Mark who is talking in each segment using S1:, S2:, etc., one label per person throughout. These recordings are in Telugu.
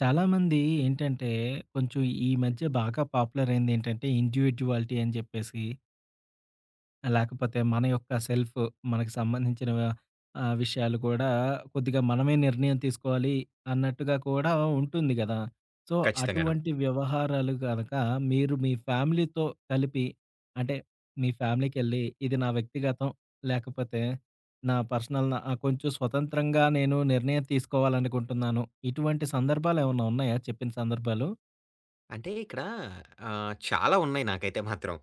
S1: చాలామంది ఏంటంటే, కొంచెం ఈ మధ్య బాగా పాపులర్ అయింది ఏంటంటే, ఇండివిడ్యువాలిటీ అని చెప్పేసి, లేకపోతే మన యొక్క సెల్ఫ్ మనకు సంబంధించిన విషయాలు కూడా కొద్దిగా మనమే నిర్ణయం తీసుకోవాలి అన్నట్టుగా కూడా ఉంటుంది గదా! సో,
S2: ఖచ్చితంగాను.
S1: అటువంటి వ్యవహారాలు గనక మీరు మీ ఫ్యామిలీతో కలిపి అంటే మీ ఫ్యామిలీకెళ్ళి ఇది నా వ్యక్తిగతం, లేకపోతే నా పర్సనల్, నా కొంచెం స్వతంత్రంగా నేను నిర్ణయం తీసుకోవాలనుకుంటున్నాను. ఇటువంటి సందర్భాలేమన్నా ఉన్నాయా, చెప్పిన సందర్భాలు?
S2: అంటే ఇక్కడ చాలా ఉన్నాయి నాకైతే మాత్రం.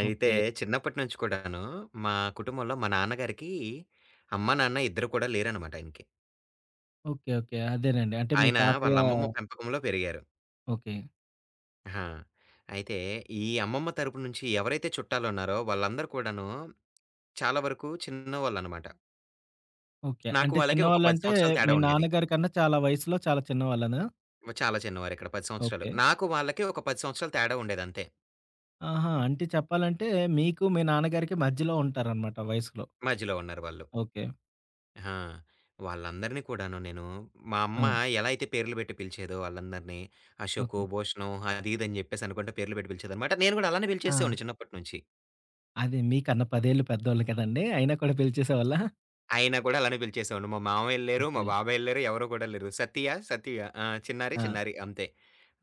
S2: అయితే
S1: ఓకే.
S2: చిన్నప్పటి నుంచి కూడాను మా కుటుంబంలో మా నాన్నగారికి అమ్మ, నాన్న ఇద్దరు కూడా లేరనమాట ఆయనకి.
S1: ఓకే. ఓకే. అదేనండి. అంటే మీ
S2: ఆయన
S1: తాతయ్య.
S2: వాళ్ళ అమ్మమ్మ పెంపకంలో పెరిగారు.
S1: ఓకే.
S2: ఆ! అయితే ఈ అమ్మమ్మ తరపు నుంచి ఎవరైతే చుట్టాలున్నారో వాళ్ళందరూ కూడాను చాలా వరకు చిన్నవాళ్ళనమాట.
S1: ఓకే.
S2: నాకు
S1: అంటే
S2: వాళ్ళకి ఒక 10
S1: చిన్నవాళ్ళంటే
S2: సంవత్సరాల
S1: మీ
S2: తేడా ఉండేది.
S1: నాన్నగారి కన్నా చాలా వయసులో చాలా చిన్నవాళ్ళనా?
S2: చాలా చిన్నవారు ఇక్కడ 10 సంవత్సరాలు.
S1: ఓకే.
S2: నాకు వాళ్ళకి ఒక 10 సంవత్సరాలు తేడా ఉండేదంతే.
S1: ఆహా! అంటే చెప్పాలంటే మీకు మీ నాన్నగారికి మధ్యలో ఉంటారనమాట వయసులో.
S2: మధ్యలో ఉన్నారు వాళ్ళు.
S1: ఓకే.
S2: ఆ! వాళ్ళందరిని కూడాను నేను మా
S1: ఆ!
S2: అమ్మ ఎలా అయితే పేర్లు పెట్టి పిలిచేదో ఆళ్ళందరిని అశోకు,
S1: ఓకే.
S2: భూషణం అది ఇది అని చెప్పేసి అనుకుంట పేర్లు పెట్టి పిలిచేదనమాట. నేను కూడా అలానే
S1: ఆ!
S2: పిలిచేసేవాడిని చిన్నప్పటి నుంచి.
S1: అదే మీకన్నా 10 ఏళ్ళు పెద్దోళ్ళు కదండీ! అయినా కూడా పిలిచేసేవాళ్ళా?
S2: అయినా కూడా అలానే పిలిచేసేవాడిని. మా మామయ్యలు లేరు, మా
S1: ఓకే.
S2: బాబాయిలు లేరు, ఎవరు కూడా లేరు. సతీయ, సతీయ ఆ! చిన్నారి,
S1: ఆ!
S2: చిన్నారి అంతే.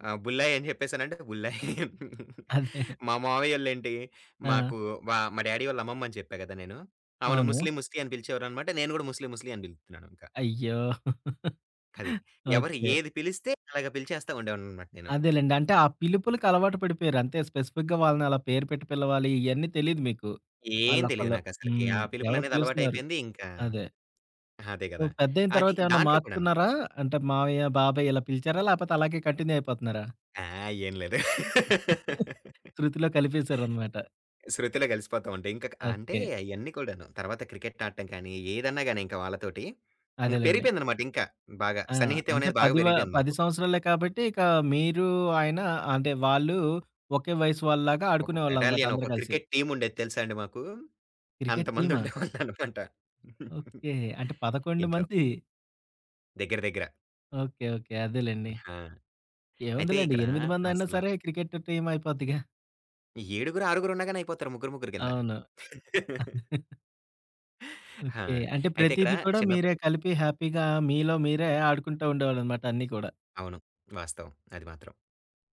S2: బుల్లాయి అని చెప్పేసానంటే బుల్లాయి.
S1: అదే.
S2: మా మామయ్యోళ్ళేంటి
S1: ఆ!
S2: మాకు మా డ్యాడీ వాళ్ళ అమ్మమ్మ అని చెప్పా కదా! నేను. ఆమెను
S1: అవును.
S2: ముస్లి, ముస్లి అని పిలిచేవారనమాట. నేను కూడా ముస్లి, ముస్లి అని పిలుతున్నాను ఇంక.
S1: అయ్యో!
S2: అది. ఎవరు
S1: ఓకే.
S2: ఏది పిలిస్తే అలాగ పిలిచేస్తా ఉండేవాడిననమాట నేను.
S1: అదేలెండి. అంటే ఆ పిలుపులకి అలవాటు పడిపోయారు. అంతే, స్పెసిఫిక్‌గా వాళ్ళని అలా పేరు పెట్టి పిలవాలి ఇయన్నీ తెలీదు మీకు.
S2: ఏం తెలీదు
S1: ఆళ్ళొకళ్ళు,
S2: నాకసలకి. ఆ
S1: హ్మ్, ఎవరో
S2: పిలుపులనేది
S1: పిలుస్తున్నారు.
S2: అలవాటయిపోయింది ఇంకా
S1: అదే.
S2: అదే గదా!
S1: ఓహ్! పెద్దయిన
S2: అది
S1: తర్వాత ఏమన్నా
S2: దాంట్లో కూడాను.
S1: మార్చుకున్నారా? అంటే మావయ్య, బాబాయ్ ఇలా పిలిచారా? లేపోతే అలాగే కంటిన్యూ అయిపోతున్నారా?
S2: ఆ! ఏం లేదు.
S1: శృతిలో కలిపేశారనమాట.
S2: శృతిలో కలిసిపోతా ఉంటాయి. ఇంక అంటే
S1: ఓకే.
S2: అయన్నీ కూడాను. తర్వాత క్రికెట్ ఆడటం కానీ, ఏదన్నా గాని ఇంక వాళ్ళతోటి ఇంక
S1: అదేలెండి.
S2: పెరిగిపోయిందనమాట ఇంకా బాగా.
S1: ఆ!
S2: సన్నిహిత్యం
S1: అంటే
S2: అనేది బాగా పెరిగిపోయింది
S1: 10
S2: మాకు.
S1: సంవత్సరాలే కాబట్టి ఇక మీరు, ఆయన, అంటే వాళ్ళు ఒకే వయసు వాళ్ళలాగా
S2: ఒక
S1: ఆడుకునేవాళ్ళనమాట
S2: బెటాలియన్,
S1: అందరూ
S2: ఒక
S1: కలిసి.
S2: క్రికెట్ టీమ్ ఉండేది తెలుసా అండి మాకు.
S1: క్రికెట్
S2: అంతమంది
S1: టీమా?
S2: ఉండేవాళ్ళనమాట.
S1: ఓకే. అంటే 11
S2: ఇంట్లో
S1: మంది.
S2: దగ్గర దగ్గర.
S1: ఓకే. ఓకే. అదేలెండి.
S2: ఆ! అయితే
S1: ఏముందిలెండి
S2: ఇక్కడ
S1: 8 మందైనా
S2: అసల
S1: సరే క్రికెట్ టీమ్ అయిపోద్దిగా.
S2: ఏడుగురు, ఆరుగురున్నా గాని అయిపోతారు. ముగ్గురు, ముగ్గురు కింద.
S1: అవును.
S2: ఆ!
S1: ఓకే. అంటే
S2: అయితే ఇక్కడ
S1: ప్రతీది కూడా మీరే
S2: చిన్నప్పటి
S1: కలిపి హ్యాపీగా మీలో మీరే ఆడుకుంటూ ఉండేవాళ్ళనమాట అన్నీ కూడా.
S2: అవును. వాస్తవం. అది మాత్రం.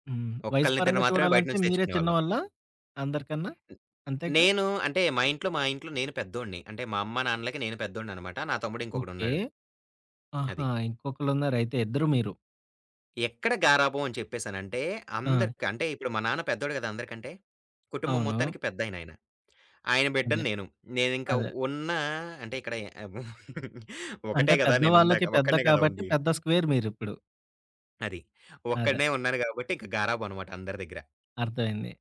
S1: హ్మ్. వయసు పరంగా
S2: ఒక్కళ్ళనిద్దరిని మాత్రమే బయట
S1: చూడాలంటే
S2: నుంచి
S1: మీరే
S2: తెచ్చుకునేవాళ్ళం.
S1: చిన్నవాళ్ళా? అందరికన్నా
S2: హ్మ్.
S1: అంతేగా?
S2: నేను అంటే మా ఇంట్లో నేను పెద్దోడిని. అంటే మా అమ్మ, నాన్నలకి నేను పెద్దోడిననమాట. నా తమ్ముడు
S1: ఓకే.
S2: ఇంకొకడున్నాడు. అది.
S1: ఆహా! ఇంకొకళ్ళున్నారైతే ఇద్దరు మీరు.
S2: ఎక్కడ గారాబం అని చెప్పేసనంటే
S1: ఆ!
S2: అందరికి అంటే ఇప్పుడు మా నాన్న పెద్దోడు గదా! అందరికంటే. కుటుంబం
S1: అవును.
S2: మొత్తానికి పెద్దాయనాయన. ఆయన ఆయన
S1: అదే.
S2: బిడ్డని నేను. నేనింకా
S1: అదే.
S2: ఉన్న అంటే ఇక్కడ
S1: అంటే
S2: ఒకటే గదా! నేనుందాక.
S1: పెద్దవాళ్ళకి పెద్ద
S2: ఒక్కడినే గదా!
S1: కాబట్టి
S2: ఉంది.
S1: పెద్ద స్క్వేర్ మీరిప్పుడు.
S2: అది.
S1: అదే.
S2: ఒక్కడినే ఉన్నాను గాబట్టి ఇంక గారాబం అనమాట అందరి దగ్గర.
S1: అర్థమైంది.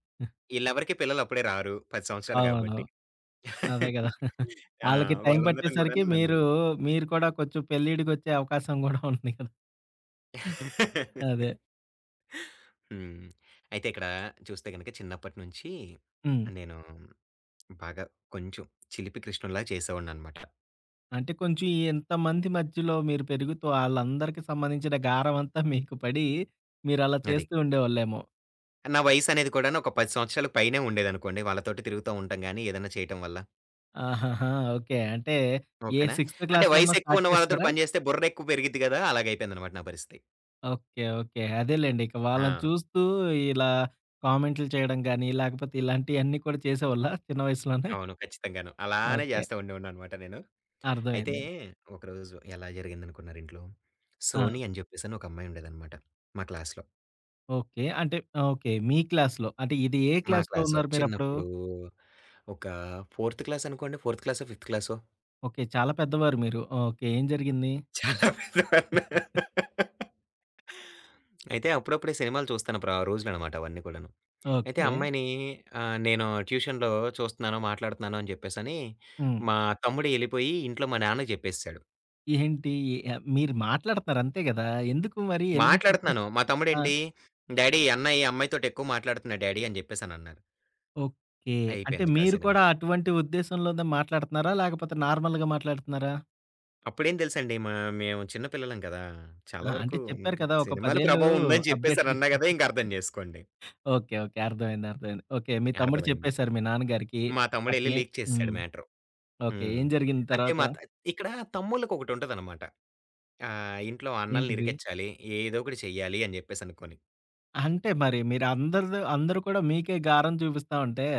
S2: ఈళ్ళెవరికీ పిల్లలు అప్పుడే రారు 10 సంవత్సరాలు
S1: అవును.
S2: గాబట్టి.
S1: అదే కదా!
S2: ఆ!
S1: ఆళ్ళకి టైం
S2: వాళ్ళందరం
S1: పట్టేసరికి
S2: గూడాను నన్ను
S1: మీరు, మీరు కూడా కొంచెం పెళ్ళిడికొచ్చే అవకాశం గూడా ఉంది కదా! అదే.
S2: హ్మ్. అయితే ఇక్కడ చూస్తే గనక చిన్నప్పటి నుంచి
S1: హ్మ్.
S2: నేను బాగా కొంచెం చిలిపి కృష్ణుడిలా చేసేవాడిననమాట.
S1: అంటే కొంచెం ఇంతమంది మధ్యలో మీరు పెరుగుతూ ఆళ్ళందరికీ సంబంధించిన గారం అంతా మీకు పడి, మీరలా
S2: అది.
S1: చేస్తూ ఉండేవాళ్ళేమో.
S2: నా వయసనేది కూడాను ఒక 10 సంవత్సరాలకు పైనే ఉండేదనుకోండి. వాళ్ళతోటి తిరుగుతా ఉంటాం గానీ ఏదన్నా చేయటం వల్ల.
S1: ఆహాహా! ఓకే. అంటే ఏ
S2: ఓకేనా?
S1: సిక్స్త్
S2: అంటే
S1: క్లాస్‌లోనో
S2: వయసెక్కువ
S1: స్టార్ట్
S2: ఉన్న వాళ్ళతోటి
S1: చేసారా?
S2: పని జేస్తే బుర్రెక్కువ పెరిగిద్ది గదా! అలాగయిపోయిందనమాట నా పరిస్థితి.
S1: ఓకే. ఓకే. అదేలెండి. ఇక వాళ్ళని
S2: ఆ!
S1: చూస్తూ ఇలా కామెంట్లు చేయడం గాని, లేకపోతే ఇలాంటియన్నీ కూడా చేసేవాళ్ళా చిన్న వయసులోనే?
S2: అవును. ఖచ్చితంగాను. అలానే
S1: ఓకే.
S2: జేస్తా ఉండేవాడిననమాట నేను. అయితే
S1: అర్థమైంది.
S2: ఒకరోజు ఎలా జరిగిందనుకున్నారు ఇంట్లో,
S1: ఆ!
S2: సోని అని జెప్పేసని ఒక అమ్మాయి ఉండేదనమాట మా క్లాస్‌లో.
S1: ఓకే. ఓకే. మీ క్లాస్‌లో. అంటే ఇది ఏ
S2: మా
S1: క్లాస్‌లో
S2: క్లాసు.
S1: ఉన్నారు మీరప్పుడు?
S2: చిన్నప్పుడు ఒక ఫోర్త్ క్లాస్ అనుకోండి. ఫోర్త్ క్లాసో, ఫిఫ్త్ క్లాసో
S1: ఓకే. చాలా పెద్దవారు మీరు. ఓకే. ఏం జరిగింది?
S2: చాలా పెద్దవాడిని. అయితే అప్పుడప్పుడే సినిమాలు చూస్తాను రోజులనమాట అవన్నీ కూడాను. అయితే ఆ
S1: ఓకే.
S2: అమ్మాయిని నేను ట్యూషన్‌లో చూస్తున్నాను, మాట్లాడుతున్నాను అని జెప్పేసని
S1: హ్మ్.
S2: మా తమ్ముడు ఎళ్ళిపోయి ఇంట్లో మా నాన్నకి జెప్పేసేసాడు.
S1: ఏంటి? మీరు మాట్లాడుతున్నారు అంతే గదా! ఎందుకు మరి ఎళ్లి చెప్పే
S2: మాట్లాడుతున్నాను. మా
S1: ఆ!
S2: తమ్ముడేంటి, "డాడీ అన్న ఈ అమ్మాయితోటి ఎక్కువ మాట్లాడుతున్నాడు డాడీ" అని జెప్పేసనన్నారు.
S1: ఓకే. అంటే
S2: అయిపోయింది ఇక్కడ
S1: మీరు
S2: సినిమా.
S1: కూడా అటువంటి ఉద్దేశంలోనే మాట్లాడుతున్నారా? లేకపోతే నార్మల్‌గా మాట్లాడుతున్నారా?
S2: అప్పుడేం తెలుసండి మా మేము చిన్న పిల్లలం కదా!
S1: ఆ!
S2: చాలా
S1: అంటే
S2: వరకు
S1: చెప్పారు కదా! ఒక 10
S2: సినిమాల
S1: ఏళ్ళు
S2: ప్రభావం ఉందని
S1: అప్‌డేటెడ్ ఇస్.
S2: చెప్పేసనన్నా గదా! ఇంక అర్థం జేసుకోండి.
S1: ఓకే. ఓకే. అర్థమైంది. అర్థమైంది. ఓకే. మీ తమ్ముడు
S2: అర్థమైంది.
S1: చెప్పేసారు మీ నాన్నగారికి.
S2: మా తమ్ముడెళ్లి
S1: అప్పుడే
S2: లీక్ చేసేసాడు
S1: హ్మ్.
S2: మ్యాటరు.
S1: ఓకే.
S2: హ్మ్.
S1: ఏం జరిగింది
S2: అంటే
S1: తర్వాత?
S2: మా త ఇక్కడ తమ్ముళ్ళకొకటుంటదనమాట. ఇంట్లో అన్నల్ని
S1: ఏంటిది?
S2: ఇరికిచ్చాలి, ఏదో ఒకటి చెయ్యాలి అని జెప్పేసనుకోని.
S1: అంటే మరి మీరు అందరిది అందరూ కూడా మీకే గారం చూపిస్తా ఉంటే,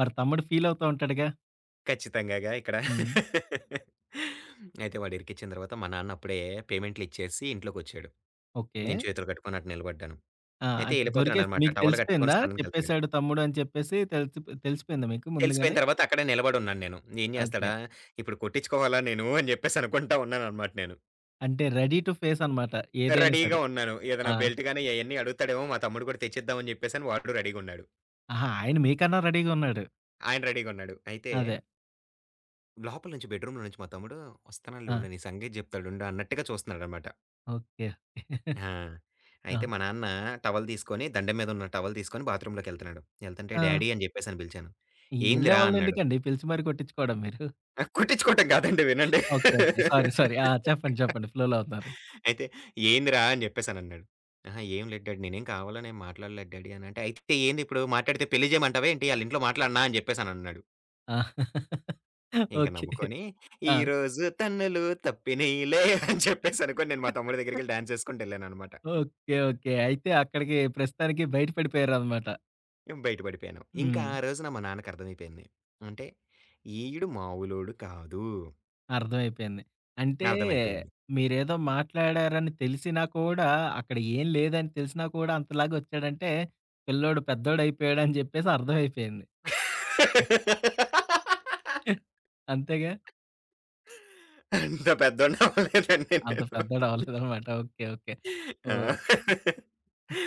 S1: మరి తమ్ముడు ఫీల్ అవుతా ఉంటాడుగా?
S2: ఖచ్చితంగాగా ఇక్కడ
S1: హ్మ్.
S2: అయితే వాడు ఇరికిచ్చిన తర్వాత మా నాన్న అప్పుడే పేమెంట్లిచ్చేసి ఇంట్లోకొచ్చాడు.
S1: ఓకే.
S2: నేను చేతులు కట్టుకొని అటు నిలబడ్డాను.
S1: ఆ!
S2: అయితే
S1: అంటే దొరికేసి
S2: ఎళ్ళిపోతున్నాడనమాట.
S1: మీకు
S2: టవల్ కట్టుకొని
S1: తెలిసిపోయిందా?
S2: స్నానానికెళ్తున్నాడు.
S1: చెప్పేసాడు తమ్ముడు అని చెప్పేసి తెలిసి, తెలిసిపోయిందా మీకు
S2: తెలిసిపోయిన
S1: ముందుగానే?
S2: తర్వాత అక్కడే నిలబడున్నాను నేను. ఏం
S1: ఓకే.
S2: జేస్తాడా, ఇప్పుడు కొట్టించుకోవాలా నేను అని జెప్పేసి అనుకుంటా ఉన్నాననమాట నేను.
S1: అంటే రెడీ టు ఫేస్ అనమాట. ఏదైనా
S2: రెడీగా
S1: సరే.
S2: ఉన్నాను.
S1: ఆ!
S2: ఏదైనా బెల్ట్ గాని అయన్నీ అడుగుతాడేమో మా తమ్ముడు కూడా తెచ్చిద్దామని జెప్పేసని వాడు రెడీగున్నాడు.
S1: ఆహా! ఆయన మీకన్నా రెడీగా ఉన్నాడు.
S2: ఆయన రెడీగున్నాడు. అయితే
S1: అదే.
S2: లోపల నుంచి బెడ్‌రూమ్‌లో నుంచి మా తమ్ముడు "వస్తున్నానులే
S1: ఆ!
S2: ఉండు నీ సంగతి జెప్తాడుండు" అన్నట్టుగా చూస్తున్నాడనమాట.
S1: ఓకే.
S2: ఆ! అయితే
S1: ఆ!
S2: మా నాన్న టవల్ తీసుకొని దండెం మీద ఉన్న టవల్ తీసుకొని బాత్రూమ్‌లోకెళ్తున్నాడు. ఎళ్తుంటే
S1: ఆ!
S2: "డాడీ" అని జెప్పేసని పిలిచాను.
S1: ఎళ్ళే
S2: "ఏందిరా"
S1: వాళ్ళని
S2: అన్నాడు.
S1: ఎందుకండి పిలిచి మరి కొట్టించుకోవడం మీరు?
S2: ఆ! కుట్టించుకోవటం కాదండి వినండి.
S1: ఓకే. ఓకే. సారీ. సారీ. ఆ! చెప్పండి. చెప్పండి. ఫ్లోలో ఉన్నారు.
S2: అయితే "ఏందిరా" అని చెప్పేసనన్నాడు. "అహా! ఏం లేదు డాడీ నేనేం కావాలని ఏం మాట్లాడలేదు డాడీ" అనంటే, "అయితే ఏంది ఇప్పుడు మాట్లాడితే పెళ్లి చేయమంటావా ఏంటి? ఆళ్ళింట్లో మాట్లాడనా?" అని చెప్పేసనన్నాడు.
S1: ఆ!
S2: ఇంక
S1: ఓకే.
S2: నవ్వుకొని
S1: ఆ!
S2: "ఈరోజు తన్నులు తప్పినయిలే" అని చెప్పేసనుకోని నేను మా తమ్ముడి దగ్గరికెళ్ళి డాన్స్ చేసుకుంటూ ఎళ్ళాననమాట.
S1: ఓకే. ఓకే. అయితే అక్కడికి ప్రస్తుతానికి బయట పడిపోయారనమాట.
S2: బయట పడిపోయాను. ఇంకా
S1: హ్మ్.
S2: ఆ రోజున మా నాన్నకి అర్థమైపోయింది. అంటే ఈడు మామూలోడు కాదు.
S1: అర్థమైపోయింది. అంటే
S2: అర్థమైపోయింది.
S1: మీరేదో మాట్లాడారని తెలిసినా కూడా, అక్కడ ఏం లేదని తెలిసినా కూడా అంతలాగా వచ్చాడంటే, పిల్లోడు పెద్దోడయిపోయాడని జెప్పేసి అర్థమైపోయింది. అంతేగా?
S2: అంత పెద్దోడిని అవ్వలేదండి
S1: అంత
S2: నేను.
S1: పెద్దోడు అవ్వలేదనమాట. ఓకే. ఓకే. ఓహ్!
S2: ఆ!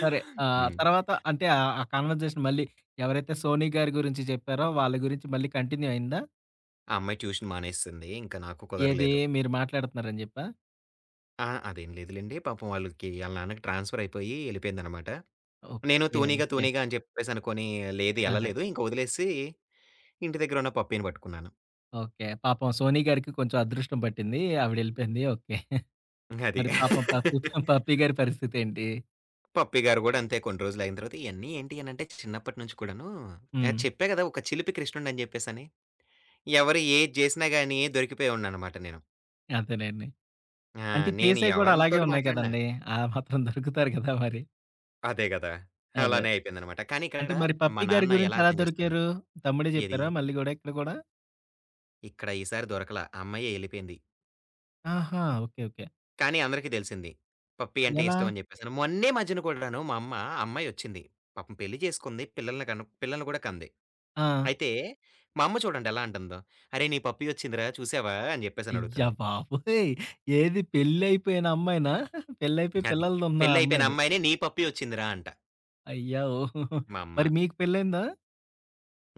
S1: సరే. తర్వాత ఆ కన్వర్జేషన్ మళ్ళీ ఎవరైతే సోనీ గారి గురించి జెప్పారో వాళ్ళ గురించి మళ్ళీ కంటిన్యూ అయిందా?
S2: ఆ అమ్మాయి ట్యూషన్ మానేసింది. ఇంక నాకు
S1: ఏది
S2: కుదరలేదు.
S1: మీరు మాట్లాడుతున్నారని జెప్పా?
S2: ఆ! అదేం లేదులెండి. పాపం వాళ్ళకి ఆళ్ళ నాన్నకి ట్రాన్స్‌ఫర్ అయిపోయి ఎళ్ళిపోయిందనమాట. నేను
S1: ఓకే.
S2: తూనీగా,
S1: ఓకే.
S2: తూనీగా అని చెప్పేసి అనుకోని లేదు
S1: అదే.
S2: ఎళ్ళలేదు. ఇంక వదిలేసి ఇంటి దగ్గర ఉన్న పప్పీని పట్టుకున్నాను.
S1: ఓకే. పాపం సోనీ గారికి కొంచెం అదృష్టం పట్టింది. ఆవిడెళ్ళిపోయింది. ఓకే.
S2: అది.
S1: మరి పాపం పప్పీ గారి పరిస్థితేంటి?
S2: పప్పీ గారు గూడా అంతే కొన్ని రోజులు అయిన తర్వాత ఇయన్నీ ఏంటి అనంటే చిన్నప్పటి నుంచి కూడాను
S1: హ్మ్.
S2: చెప్పా గదా! ఒక చిలిపి కృష్ణుడిని అని జెప్పేసని. ఎవరు ఏది జేసినా గాని దొరికిపోయేవాడిననమాట నేను.
S1: అదేనండి.
S2: ఆ!
S1: అంటే
S2: నేను
S1: చేసేయి గూడా అలాగే
S2: ఎవరితోటి
S1: ఉన్నాయి
S2: మాట్లాడినా
S1: కదండీ! ఆ మాత్రం దొరుకుతారు కదా మరి.
S2: అదే గదా!
S1: అదే.
S2: అలానే అయిపోయిందనమాట. కానీ ఇక్కడ
S1: అంటే మరి
S2: మా
S1: పప్పీ గారి
S2: నాన్న
S1: గురించి
S2: ఎలా
S1: ఎలా
S2: అర్థం చేసుకున్నాడు.
S1: దొరికారు? తమ్ముడే
S2: ఏది
S1: జెప్పారా మళ్ళీ గూడా ఇక్కడ గూడా?
S2: ఇక్కడ ఈసారి దొరకలా ఆ అమ్మాయే ఎళ్ళిపోయింది.
S1: ఆహా! ఓకే. ఓకే.
S2: కానీ అందరికీ తెలిసింది. పప్పీ అంటే
S1: ఎలా?
S2: ఇష్టం అని చెప్పేసని. మొన్నే మధ్యన కూడాను మా అమ్మ ఆ అమ్మాయొచ్చింది. పాపం పెళ్లి చేసుకుంది. పిల్లల్ని గూడా కంది.
S1: ఆ!
S2: అయితే మా అమ్మ చూడండి ఎలా అంటుందో. "అరేయ్! నీ పప్పీ వచ్చిందిరా చూసావా" అని చెప్పేసని
S1: అయ్య
S2: అడుగుతుంది.
S1: బాబోయ్! ఏది పెళ్లయిపోయిన అమ్మాయినా? పెళ్లయిపోయి
S2: అది.
S1: పిల్లలున్న
S2: పెళ్లయిపోయిన
S1: అమ్మాయిని.
S2: అమ్మాయిని "నీ పప్పీ వచ్చిందిరా" అంట
S1: అయ్యా! ఓహోహో!
S2: మా అమ్మ.
S1: మరి మీకు పెళ్లయిందా?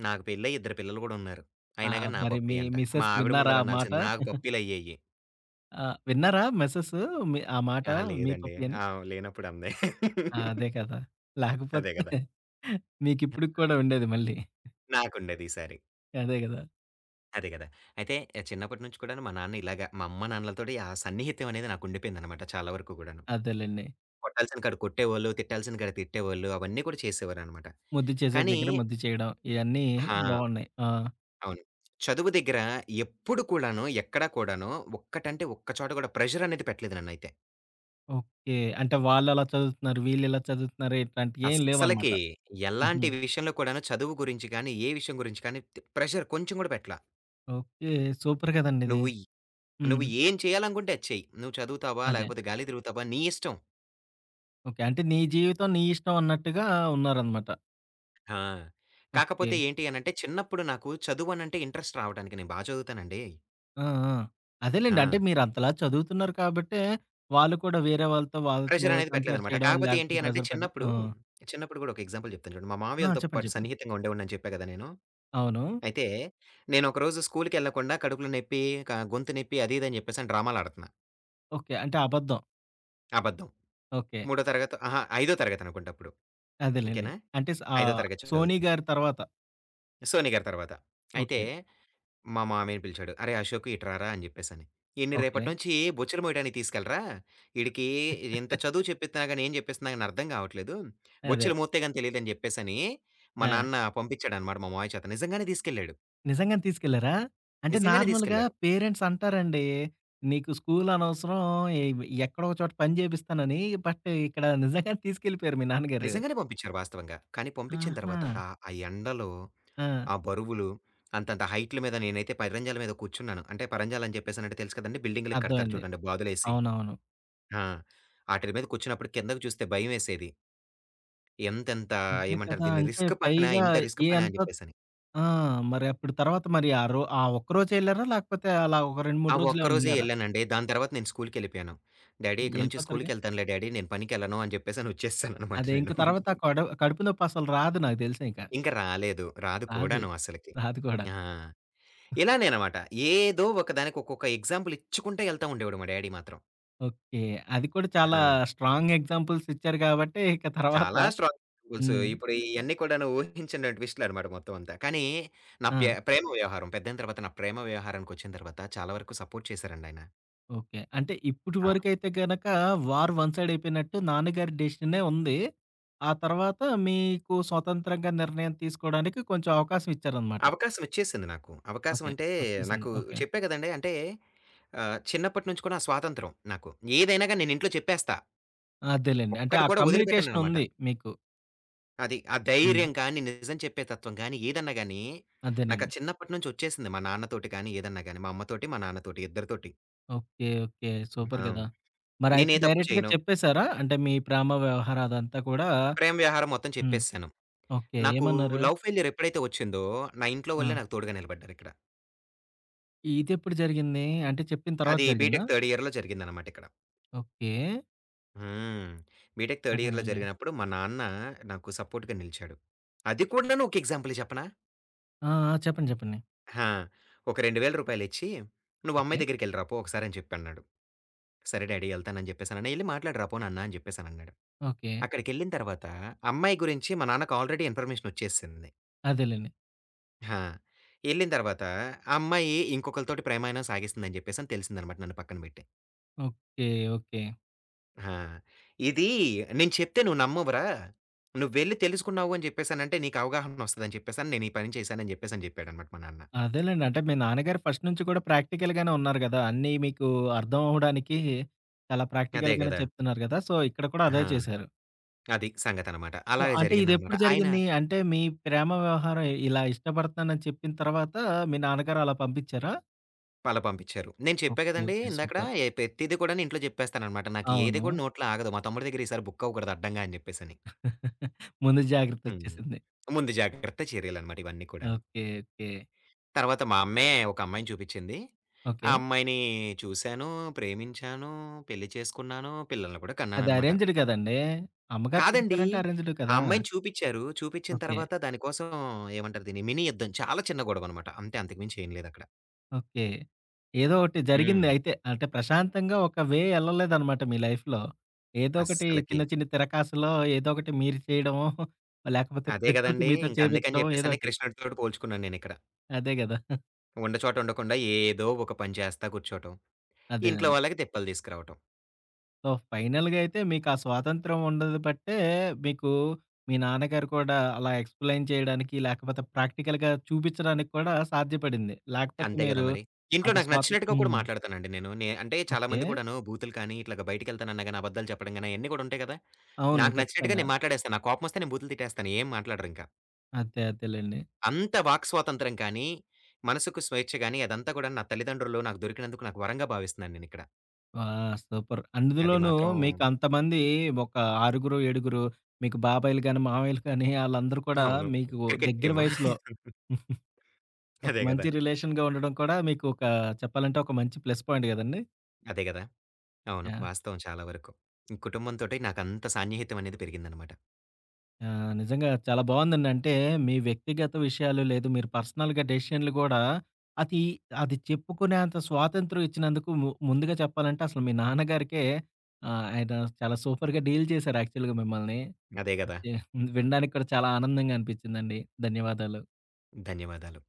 S2: నాకు పెళ్ళై ఇద్దరు పిల్లలు గూడా ఉన్నారు.
S1: ఆ!
S2: అయినా గాని నా
S1: మరి
S2: పప్పీ
S1: మీ
S2: అంట.
S1: మిసెస్
S2: మా ఆవిడ
S1: విన్నారా
S2: ముందల
S1: ఆ మాట?
S2: అనాల్సింది నాకు పప్పీలయ్యేయి.
S1: ఆ! విన్నారా మిసెస్ మీ ఆ మాట,
S2: అహా!
S1: మీ
S2: లేదండి.
S1: పప్పీ అని?
S2: ఆ! లేనప్పుడు అంది.
S1: ఆ! అదే కదా!
S2: అదే
S1: లేకపోతే
S2: గదా!
S1: మీకిప్పటికి కూడా ఉండేది మళ్ళీ.
S2: నాకుండేది ఈసారి.
S1: అదే కదా!
S2: అదే గదా! అయితే చిన్నప్పటి నుంచి కూడాను మా నాన్న ఇలాగ మా అమ్మ, నాన్నలతోటి ఆ సన్నిహిత్యం అనేది నాకు ఉండిపోయిందనమాట చాలా వరకు గూడాను.
S1: అదేలెండి.
S2: కొట్టాల్సిన కాడ కొట్టేవాళ్ళు, తిట్టాల్సిన కాడ తిట్టేవాళ్ళు అవన్నీ కూడా చేసేవారనమాట.
S1: ముద్దు చేసే
S2: కానీ
S1: దగ్గర ముద్దు చేయడం. ఇయన్నీ
S2: ఆ!
S1: బావున్నాయి. ఆ!
S2: అవును. చదువు దగ్గర ఎప్పుడు కూడాను, ఎక్కడా కూడాను ఒక్కటంటే ఒక్క చోట గూడా ప్రెషర్ అనేది పెట్టలేదు నన్నైతే.
S1: ఓకే. అంటే వాళ్ళెలా చదువుతున్నారు, వీళ్ళెలా చదువుతున్నారు ఇట్లాంటియేం
S2: అస్సలకి
S1: లేవనమాట. హుహు.
S2: ఎలాంటి విషయంలో కూడాను చదువు గురించి కానీ, ఏ విషయం గురించి కానీ ప్రెషర్ కొంచెం కూడా పెట్టలా.
S1: ఓకే. సూపర్ కదండీ ఇది.
S2: నువ్వు ఈ
S1: హ్మ్.
S2: నువ్వు ఏం చేయాలనుకుంటే అది చెయ్యి. నువ్వు చదువుతావా?
S1: అదే.
S2: లేకపోతే గాలి తిరుగుతావా? నీ ఇష్టం.
S1: ఓకే. అంటే నీ జీవితం నీ ఇష్టం అన్నట్టుగా ఉన్నారనమాట.
S2: ఆ!
S1: ఓకే.
S2: కాకపోతే ఏంటి అనంటే చిన్నప్పుడు నాకు చదువనంటే ఇంట్రెస్ట్ రావడానికి నేను బా చదువుతానండి.
S1: ఆ! ఆ! అదేలెండి. అంటే
S2: ఆ!
S1: మీరంతలా చదువుతున్నారు కాబట్టే వాళ్ళు కూడా వేరే వాళ్ళతో వాళ్ళతో
S2: ప్రెషర్ అనేది
S1: కంపేర్
S2: పెట్టలేదనమాట.
S1: చేయడం,
S2: కాకపోతే ఏంటి
S1: లేకపోతే
S2: అనంటే
S1: ప్రెజర్ పెట్టడం.
S2: చిన్నప్పుడు,
S1: ఆ!
S2: చిన్నప్పుడు కూడా ఒక ఎగ్జాంపుల్ చెప్తాను చూడండి. మా
S1: ఆ!
S2: మామయ్యోళ్ళతో
S1: చెప్పండి.
S2: పాటు
S1: చెప్పండి.
S2: సన్నిహితంగా ఉండేవాడినని చెప్పా కదా నేను.
S1: అవును.
S2: అయితే నేను ఒకరోజు స్కూలుకెళ్ళకుండా కడుపులో నొప్పి, గొంతు నొప్పి అది ఇది అని చెప్పేసి అని డ్రామాలాడుతున్నా.
S1: ఓకే. అంటే అబద్ధం.
S2: అబద్ధం.
S1: ఓకే.
S2: మూడో తరగతో అహా! ఐదో తరగతనుకుంట అప్పుడు.
S1: అదేలెండి.
S2: ఓకేనా?
S1: అంటే స్
S2: ఐదో
S1: ఆహ్,
S2: తరగతి
S1: 'సోనీ'
S2: చదువుతున్నా.
S1: గారి తర్వాత.
S2: సోని గారి తర్వాత. అయితే
S1: ఓకే.
S2: మా మామయ్యని పిలిచాడు. "అరేయ్! అశోకు ఇటు రారా" అని జెప్పేసని. "ఈడ్ని
S1: ఓకే.
S2: రేపటి నుంచి బొచ్చెలు మోయడానికి తీసుకెళ్ళరా? ఈడికి ఇంత చదువు చెప్పిస్తున్నా గాని ఏం చెప్పిస్తున్నా గాని అర్థం కావట్లేదు.
S1: అదే.
S2: బొచ్చెలు మోస్తే గాని తెలీదని" జెప్పేసని మా
S1: ఆ!
S2: నాన్న పంపించాడనమాట మా మామయ్య చేత. నిజంగానే తీసుకెళ్ళాడు.
S1: నిజంగానే తీసుకెళ్లారా? అంటే
S2: నిజంగానే
S1: నార్మల్‌గా
S2: తీసుకెళ్లారు.
S1: పేరెంట్స్ అంటారండి, నీకు స్కూల్ అనవసరం, ఎ ఎక్కడో ఒక చోట పని చేపిస్తానని. బట్ ఇక్కడ నిజంగానే తీసుకెళ్ళిపోయారు మీ నాన్నగారు.
S2: నిజంగానే పంపించారు వాస్తవంగా. కానీ పంపించిన
S1: ఆహా!
S2: తర్వాత ఆ ఎండలో,
S1: ఆ!
S2: ఆ బరువులు, అంతంత హైట్‌ల మీద నేనైతే పైరంజాల మీద కూర్చున్నాను. అంటే పరంజాలు అని చెప్పేసనంటే తెలుసు కదండీ! బిల్డింగులకి కడతారు
S1: అర్థమైంది.
S2: చూడండి బాదులేసి.
S1: అవునవును.
S2: ఆ! ఆటిల మీద కూర్చున్నప్పుడు కిందకి చూస్తే భయమేసేది. ఎంతెంత
S1: అంతే
S2: ఏమంటారు
S1: కదా!
S2: దీన్ని
S1: అంటే
S2: రిస్క్ పనా?
S1: పైగా
S2: ఇంత రిస్క్
S1: ఏ
S2: పనా?
S1: అంత
S2: అని చెప్పేసని.
S1: ఆ! మరి అప్పుడు తర్వాత మరి ఆ ఒక్కరోజే ఎళ్లారా? లేకపోతే అలా ఒక 2,
S2: ఆ
S1: 3 రోజులేమన్నా
S2: ఒక్కరోజే
S1: ఎళ్లారా?
S2: ఎళ్ళానండి. దాని తర్వాత నేను స్కూలుకెళ్ళిపోయాను. డ్యాడీ ఇక నుంచి
S1: ఎళ్ళిపోతారు కదా!
S2: స్కూలుకెళ్తానులే డ్యాడీ నేను పనికెళ్ళను అని చెప్పేసని వచ్చేసాననమాట
S1: అదే ఇంక
S2: నేను.
S1: తర్వాత కడుపు నొప్పి అసలు రాదు నాకు తెలిసి ఇంక.
S2: ఇంక రాలేదు. రాదు
S1: రాదు.
S2: కూడాను అసలకి.
S1: రాదు కూడా.
S2: ఆ! ఇలా నేనమాట. ఏదో ఒకదానికి ఒక్కొక్క ఎగ్జాంపుల్ ఇచ్చుకుంట ఎళ్తా ఉండేవాడు మా డ్యాడీ మాత్రం.
S1: ఓకే. అది కూడా చాలా
S2: ఆ!
S1: స్ట్రాంగ్ ఎగ్జాంపుల్స్ ఇచ్చారు కాబట్టి ఇక తర్వాత
S2: చాలా స్ట్రాంగ్ ఎగ్జాంపుల్స్.
S1: హ్మ్.
S2: ఇప్పుడు ఇయన్నీ కూడాను ఊహించని ట్విస్ట్‌లు అనమాట మొత్తం అంతా. కానీ నా ప్య
S1: ఆ!
S2: ప్రేమ వ్యవహారం పెద్దయిన తర్వాత నా ప్రేమ వ్యవహారానికొచ్చిన తర్వాత చాలా వరకు సపోర్ట్ చేశారండి ఆయన.
S1: ఓకే. అంటే ఇప్పటి
S2: ఆ!
S1: వరకైతే గనక వార్ వన్ సైడ్ అయిపోయినట్టు నాన్నగారి డెసిషనే ఉంది. ఆ తర్వాత మీకు స్వతంత్రంగా నిర్ణయం తీసుకోవడానికి కొంచెం అవకాశం ఇచ్చారనమాట.
S2: అవకాశం ఇచ్చేసింది నాకు. అవకాశం
S1: ఓకే.
S2: అంటే
S1: వచ్చేసింది.
S2: నాకు
S1: ఓకే.
S2: చెప్పా కదండీ! అంటే చిన్నప్పటి నుంచి కూడా స్వాతంత్రం నాకు. ఏదైనా గాని నేను ఇంట్లో చెప్పేస్తా.
S1: అదేలెండి. అంటే
S2: ఒక్కటి
S1: ఆ
S2: కూడా
S1: కమ్యూనికేషన్
S2: వదిలిపెట్టననమాట.
S1: ఉంది మీకు.
S2: అది. ఆ
S1: హ్మ్.
S2: ధైర్యం కానీ, నిజం చెప్పే తత్వం గానీ, ఏదన్నా గానీ, నాకు
S1: అదేనండి.
S2: అది చిన్నప్పటి నుంచి వచ్చేసింది. మా నాన్నతోటి కానీ, ఏదన్నా గానీ, మా అమ్మతోటి, మా నాన్నతోటి ఇద్దరితోటి.
S1: ఓకే. ఓకే. సూపర్
S2: ఆ!
S1: గదా! మరైతే
S2: నేనే తప్పు
S1: డైరెక్ట్‌గా
S2: చేయను.
S1: చెప్పేసారా? అంటే మీ ప్రేమ వ్యవహారం అదంతా కూడా
S2: ప్రేమ వ్యవహారం మొత్తం
S1: హ్మ్.
S2: చెప్పేసాను.
S1: ఓకే.
S2: నాకు
S1: ఏమన్నారు?
S2: లవ్ ఫెయిల్యూర్ ఎప్పుడైతే వచ్చిందో, నా ఇంట్లో
S1: ఆ!
S2: వాళ్ళే నాకు తోడుగా నిలబడ్డారిక్కడ.
S1: ఇదెప్పుడు జరిగింది? అంటే చెప్పిన తర్వాత
S2: అది
S1: జరిగిందా?
S2: బీటెక్ థర్డ్ ఇయర్‌లో జరిగిందనమాట ఇక్కడ.
S1: ఓకే.
S2: హ్మ్. బీటెక్ థర్డ్ ఇయర్‌లో
S1: అదేలెండి.
S2: జరిగినప్పుడు మా నాన్న నాకు సపోర్ట్‌గా నిలిచాడు. అది కూడాను ఒక ఎగ్జాంపులే చెప్పనా?
S1: ఆ! ఆ! చెప్పండి. చెప్పండి.
S2: ఆ! ఒక రూ. 2000 ఇచ్చి, "నువ్వు
S1: ఓకే.
S2: అమ్మాయి దగ్గరికెళ్ళి రా పో ఒకసారి" అని చెప్పన్నాడు. సరే డాడీ ఎళ్తానని జెప్పేసనన్నా, "ఎళ్లి మాట్లాడిరా పోనీ అన్నా" అని జెప్పేసనన్నాడు.
S1: ఓకే.
S2: అక్కడికెళ్ళిన తర్వాత అమ్మాయి గురించి మా నాన్నకు ఆల్రెడీ ఇన్ఫర్మేషన్ ఒచ్చేసింది.
S1: అదేలెండి.
S2: ఆ! ఎళ్ళిన తర్వాత ఆ అమ్మాయి ఇంకొకళ్ళతోటి ప్రేమాయణం సాగిస్తుందని జెప్పేసని తెలిసిందనమాట నన్ను పక్కన బెట్టి.
S1: ఓకే. ఓకే.
S2: ఆ! "ఇది నేను చెప్తే నువ్వు నమ్మవురా! నువ్వెళ్లి తెలుసుకున్నావు అని జెప్పేసనంటే నీకు అవగాహన ఒస్తదని" చెప్పేసని నేను ఈ పని చేశానని జెప్పేసని జెప్పాడనమాట మా నాన్న.
S1: అదేలెండి. అంటే మీ నాన్నగారు ఫస్ట్ నుంచి కూడా ప్రాక్టికల్‌గానే ఉన్నారు గదా! అన్నీ మీకు అర్థం అవ్వడానికి చాలా
S2: అదే
S1: ప్రాక్టికల్‌గానే
S2: గదా!
S1: చెప్తున్నారు గదా! సో, ఇక్కడ కూడా అదే
S2: ఆ!
S1: చేశారు.
S2: అది సంగతనమాట.
S1: సో,
S2: అలాగే
S1: అంటే
S2: జరిగిందనమాట.
S1: ఇదెప్పుడు
S2: ఆయన
S1: జరిగింది? అంటే మీ ప్రేమ వ్యవహారం ఇలా ఇష్టపడతన్నానని చెప్పిన తర్వాత మీ నాన్నగారు అలా పంపించారా?
S2: అలా పంపించారు. నేను చెప్పా
S1: ఓకే.
S2: గదండీ!
S1: ఓకే.
S2: ఇందాకడ
S1: సూపర్.
S2: ప్రతీది కూడాను ఇంట్లో జెప్పేస్తాననమాట. నాకు ఏది
S1: అవును.
S2: కూడా నోట్లో ఆగదు. మా తమ్ముడి దగ్గర ఈసారి బుక్ అవ్వకూడదు అడ్డంగా అని జెప్పేసని.
S1: ముందు
S2: హ్మ్.
S1: జాగ్రత్తొచ్చేసింది.
S2: ముందు జాగ్రత్త చర్యలనమాట ఇవన్నీ కూడాను.
S1: ఓకే. ఓకే.
S2: తర్వాత మా అమ్మే ఒక అమ్మాయిని చూపిచ్చింది. ఆ
S1: ఓకే.
S2: అమ్మాయిని చూసాను, ప్రేమించాను, పెళ్లి చేసుకున్నాను, పిల్లల్ని కూడా
S1: అది
S2: కన్నాననమాట.
S1: అరేంజ్‌డ్ కదండీ! అమ్మగారు
S2: కాదండి.
S1: చూపించారంటే అరేంజ్‌డ్
S2: ఆ
S1: కదా!
S2: అమ్మాయిని చూపిచ్చారు. చూపిచ్చిన
S1: ఓకే.
S2: తర్వాత దాని కోసం ఏమంటారు దీన్ని? మినీ యుద్ధం. చాలా చిన్న గొడవనమాట. అంతే అంతకు మించి ఏం లేదక్కడ.
S1: ఓకే. ఏదో ఒకటి జరిగింది
S2: హ్మ్.
S1: అయితే. అంటే ప్రశాంతంగా ఒక వే ఎళ్ళలేదనమాట మీ లైఫ్‌లో. ఏదో ఒకటి
S2: అస్సలకి.
S1: చిన్న చిన్న తిరకాసులో, ఏదో ఒకటి మీరు చేయడమో, లేకపోతే
S2: అదే
S1: ప్రకృతి
S2: గదండీ!
S1: మీతో
S2: ఇంక అందుకని
S1: చేపించడం
S2: జెప్పేసని
S1: ఏదోటి.
S2: కృష్ణుడితోటి పోల్చుకున్నాను నేనిక్కడ.
S1: అదే గదా!
S2: ఉన్న చోట ఉండకుండా ఏదో ఒక పని చేస్తా కూర్చోటం. ఇంట్లో
S1: అదేనండి.
S2: వాళ్ళకి తిప్పలు తీసుకురావటం.
S1: సో, ఫైనల్‌గా అయితే మీకా స్వాతంత్రం ఉండదు బట్టే, మీకు మీ నాన్నగారు కూడా అలా ఎక్స్‌ప్లెయిన్ చేయడానికి, లేకపోతే ప్రాక్టికల్‌గా చూపిచ్చడానికి కూడా సాధ్యపడింది. లేకపోతే
S2: అంతే గదా
S1: మీరు
S2: మరి! ఇంట్లో
S1: అంత
S2: నాకు
S1: స్వాతం
S2: నచ్చినట్టుగా కూడా
S1: హ్మ్.
S2: మాట్లాడతానండి నేను. అంటే
S1: ఓకే.
S2: చాలామంది కూడాను బూతులు కానీ, ఇట్లాగా బయటికెళ్తానన్నా గాని, అబద్దాలు చెప్పడం గాని అయన్నీ కూడా ఉంటాయి గదా!
S1: అవును.
S2: నాకు నచ్చినట్టుగా
S1: ఖచ్చితంగా.
S2: నేను మాట్లాడేస్తాను. నాకు కోపమొస్తే నేను బూతులు తిట్టేస్తాను. ఏం మాట్లాడరింక.
S1: అదే. అదేలెండి.
S2: అంత వాక్ స్వాతంత్రం కానీ, మనసుకు స్వేచ్ఛ గాని అదంతా కూడా నా తల్లిదండ్రులు నాకు దొరికినందుకు నాకు వరంగా భావిస్తున్నాను నేనిక్కడ.
S1: ఆ! సూపర్.
S2: అది
S1: అందులోనూ
S2: మాత్రం
S1: మీకంతమంది ఒక ఆరుగురు, ఏడుగురు, మీకు బాబాయిలు గాని, మామయ్యలు కానీ ఆళ్ళందరూ కూడా
S2: అవును.
S1: మీకు
S2: క్రికెట్
S1: దగ్గర
S2: టీము.
S1: వయసులో ఒక
S2: అదే గదా!
S1: మంచి రిలేషన్‌గా ఉండడం కూడా మీకు ఒక, చెప్పాలంటే ఒక మంచి ప్లస్ పాయింట్ గదండీ!
S2: అదే గదా! అవును.
S1: యాహ్!
S2: వాస్తవం చాలా వరకు. కుటుంబంతోటి నాకంత సాన్నిహిత్యం అనేది పెరిగిందనమాట.
S1: ఆ! నిజంగా చాలా బావుందండి. అంటే మీ వ్యక్తిగత విషయాలు లేదు మీరు పర్సనల్‌గా డెసిషన్‌లు గూడా అది, అది చెప్పుకునేంత స్వాతంత్రం ఇచ్చినందుకు ముందుగా చెప్పాలంటే అసలు మీ నాన్నగారికే, ఆయన చాలా సూపర్‌గా డీల్ చేశారు యాక్చువల్‌గా మిమ్మల్ని.
S2: అదే గదా!
S1: అది వినడానికి కూడా చాలా ఆనందంగా అనిపించిందండి. ధన్యవాదాలు.
S2: ధన్యవాదాలు.